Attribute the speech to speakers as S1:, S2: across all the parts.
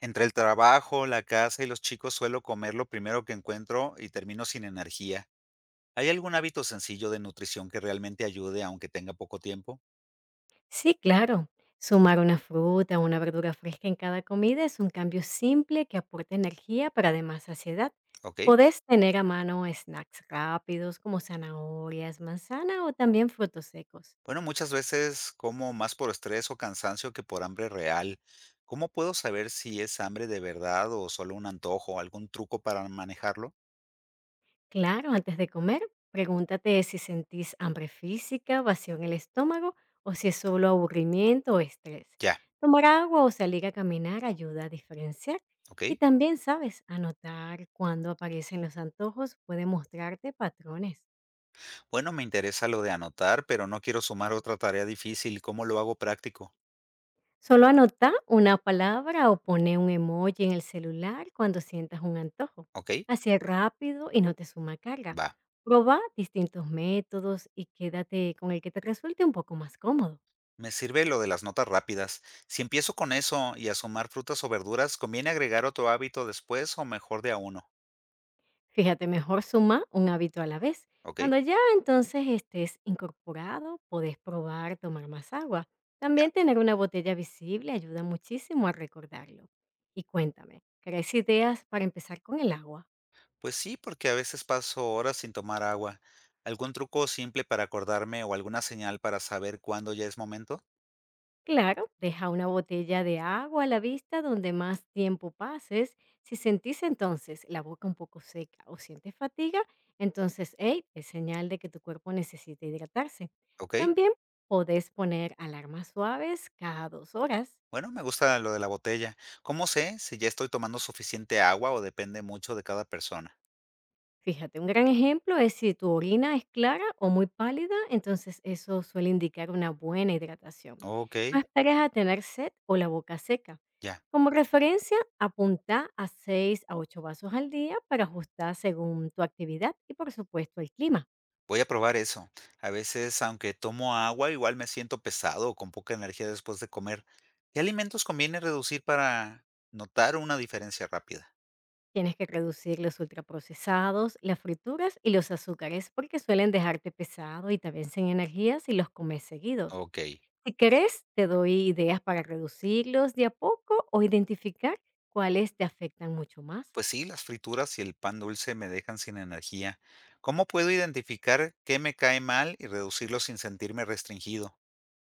S1: Entre el trabajo, la casa y los chicos suelo comer lo primero que encuentro y termino sin energía. ¿Hay algún hábito sencillo de nutrición que realmente ayude aunque tenga poco tiempo?
S2: Sí, claro. Sumar una fruta o una verdura fresca en cada comida es un cambio simple que aporta energía, pero además saciedad.
S1: ¿Ok?
S2: Podés tener a mano snacks rápidos como zanahorias, manzana o también frutos secos.
S1: Bueno, muchas veces como más por estrés o cansancio que por hambre real. ¿Cómo puedo saber si es hambre de verdad o solo un antojo? ¿Algún truco para manejarlo?
S2: Claro, antes de comer, pregúntate si sentís hambre física, vacío en el estómago o si es solo aburrimiento o estrés.
S1: Ya,
S2: Tomar agua o salir a caminar ayuda a diferenciar.
S1: ¿ok?
S2: Y también sabes, anotar cuando aparecen los antojos puede mostrarte patrones.
S1: Bueno, me interesa lo de anotar, pero no quiero sumar otra tarea difícil. ¿Cómo lo hago práctico?
S2: Solo anota una palabra o pone un emoji en el celular cuando sientas un antojo.
S1: ¿Ok?
S2: Así es rápido y no te suma carga.
S1: Va.
S2: Proba distintos métodos y quédate con el que te resulte un poco más cómodo.
S1: Me sirve lo de las notas rápidas. Si empiezo con eso y a sumar frutas o verduras, ¿conviene agregar otro hábito después o mejor de a uno?
S2: Fíjate, mejor suma un hábito a la vez.
S1: ¿Ok?
S2: Cuando ya entonces estés incorporado, podés probar tomar más agua.
S1: Ya.
S2: También tener una botella visible ayuda muchísimo a recordarlo. Y cuéntame, ¿crees ideas para empezar con el agua?
S1: Pues sí, porque a veces paso horas sin tomar agua. ¿Algún truco simple para acordarme o alguna señal para saber cuándo ya es momento?
S2: Claro, deja una botella de agua a la vista donde más tiempo pases. Si sentís entonces la boca un poco seca o sientes fatiga, entonces hey, es señal de que tu cuerpo necesita hidratarse.
S1: ¿Ok?
S2: También podés poner alarmas suaves cada 2 horas.
S1: Bueno, me gusta lo de la botella. ¿Cómo sé si ya estoy tomando suficiente agua o depende mucho de cada persona?
S2: Fíjate, un gran ejemplo es si tu orina es clara o muy pálida, entonces eso suele indicar una buena hidratación.
S1: Ok,
S2: No esperes a tener sed o la boca seca.
S1: ya.
S2: Como referencia, apunta a 6 a 8 vasos al día para ajustar según tu actividad y por supuesto el clima.
S1: Voy a probar eso. A veces, aunque tomo agua, igual me siento pesado o con poca energía después de comer. ¿Qué alimentos conviene reducir para notar una diferencia rápida?
S2: Tienes que reducir los ultraprocesados, las frituras y los azúcares porque suelen dejarte pesado y te vencen energías si los comes seguidos.
S1: Ok,
S2: Si querés, te doy ideas para reducirlos de a poco o identificar cuáles te afectan mucho más.
S1: pues sí, las frituras y el pan dulce me dejan sin energía. ¿Cómo puedo identificar qué me cae mal y reducirlo sin sentirme restringido?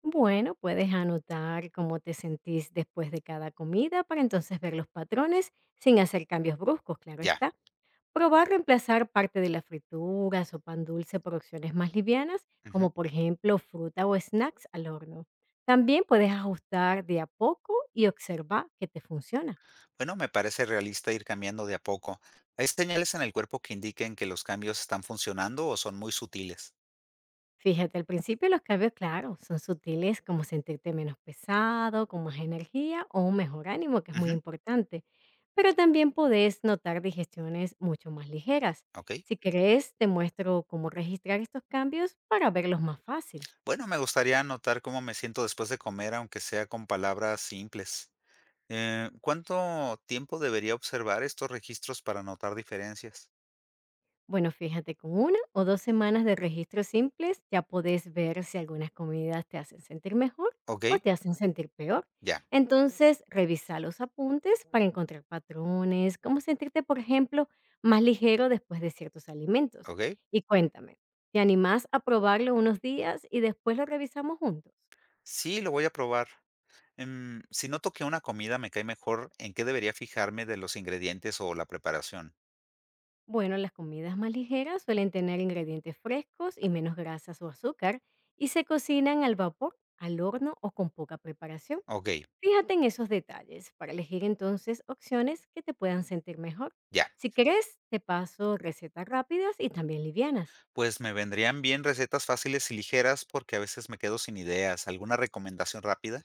S2: Bueno, puedes anotar cómo te sentís después de cada comida para entonces ver los patrones sin hacer cambios bruscos, claro
S1: Ya.
S2: está. Probar reemplazar parte de las frituras o pan dulce por opciones más livianas,
S1: Ujú.
S2: como por ejemplo fruta o snacks al horno. También puedes ajustar de a poco y observar que te funciona.
S1: Bueno, me parece realista ir cambiando de a poco. ¿Hay señales en el cuerpo que indiquen que los cambios están funcionando o son muy sutiles?
S2: Fíjate, al principio los cambios, claro, son sutiles como sentirte menos pesado, con más energía o un mejor ánimo, que es muy
S1: Ujú,
S2: importante. Pero también podés notar digestiones mucho más ligeras.
S1: ok.
S2: Si querés, te muestro cómo registrar estos cambios para verlos más fácil.
S1: Bueno, me gustaría anotar cómo me siento después de comer, aunque sea con palabras simples. ¿Cuánto tiempo debería observar estos registros para notar diferencias?
S2: Bueno, fíjate, con una o dos semanas de registros simples ya podés ver si algunas comidas te hacen sentir mejor
S1: Ok,
S2: o te hacen sentir peor.
S1: ya,
S2: Entonces, revisa los apuntes para encontrar patrones, cómo sentirte, por ejemplo, más ligero después de ciertos alimentos.
S1: ok.
S2: Y cuéntame, ¿te animás a probarlo unos días y después lo revisamos juntos?
S1: Sí, lo voy a probar. Si noto que una comida me cae mejor, ¿en qué debería fijarme de los ingredientes o la preparación?
S2: Bueno, las comidas más ligeras suelen tener ingredientes frescos y menos grasas o azúcar y se cocinan al vapor, al horno o con poca preparación.
S1: Ok,
S2: Fíjate en esos detalles para elegir entonces opciones que te puedan sentir mejor.
S1: ya.
S2: Si querés, te paso recetas rápidas y también livianas.
S1: Pues me vendrían bien recetas fáciles y ligeras porque a veces me quedo sin ideas. ¿Alguna recomendación rápida?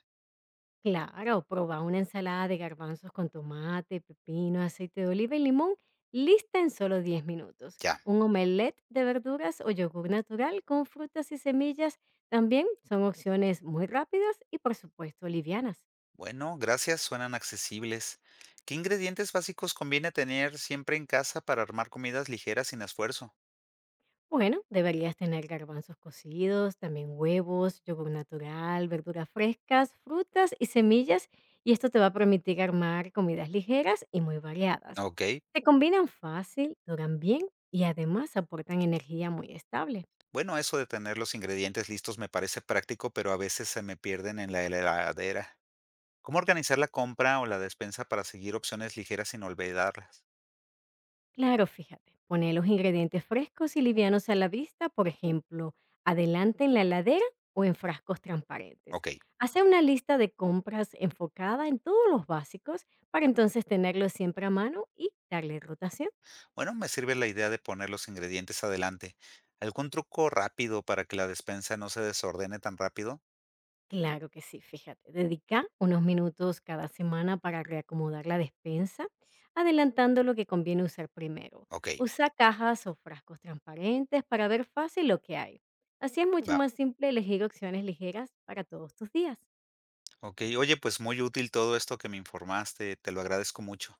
S2: Claro, proba una ensalada de garbanzos con tomate, pepino, aceite de oliva y limón, lista en solo 10 minutos.
S1: Ya.
S2: Un omelette de verduras o yogur natural con frutas y semillas también son opciones muy rápidas y por supuesto livianas.
S1: Bueno, gracias, suenan accesibles. ¿Qué ingredientes básicos conviene tener siempre en casa para armar comidas ligeras sin esfuerzo?
S2: Bueno, deberías tener garbanzos cocidos, también huevos, yogur natural, verduras frescas, frutas y semillas, y esto te va a permitir armar comidas ligeras y muy variadas.
S1: Ok.
S2: Se combinan fácil, duran bien y además aportan energía muy estable.
S1: Bueno, eso de tener los ingredientes listos me parece práctico, pero a veces se me pierden en la heladera. ¿Cómo organizar la compra o la despensa para seguir opciones ligeras sin olvidarlas?
S2: Claro, fíjate, pone los ingredientes frescos y livianos a la vista, por ejemplo, adelante en la heladera o en frascos transparentes.
S1: Ok.
S2: Hace una lista de compras enfocada en todos los básicos para entonces tenerlos siempre a mano y darle rotación.
S1: Bueno, me sirve la idea de poner los ingredientes adelante. ¿Algún truco rápido para que la despensa no se desordene tan rápido?
S2: Claro que sí, fíjate. Dedica unos minutos cada semana para reacomodar la despensa, adelantando lo que conviene usar primero.
S1: Ok.
S2: Usa cajas o frascos transparentes para ver fácil lo que hay. Así es mucho
S1: Va.
S2: más simple elegir opciones ligeras para todos tus días.
S1: Okey. Oye, pues muy útil todo esto que me informaste, te lo agradezco mucho.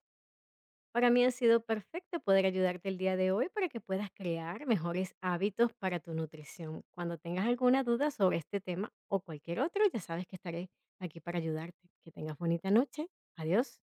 S2: Para mí ha sido perfecto poder ayudarte el día de hoy para que puedas crear mejores hábitos para tu nutrición. Cuando tengas alguna duda sobre este tema o cualquier otro, ya sabes que estaré aquí para ayudarte. Que tengas bonita noche. Adiós.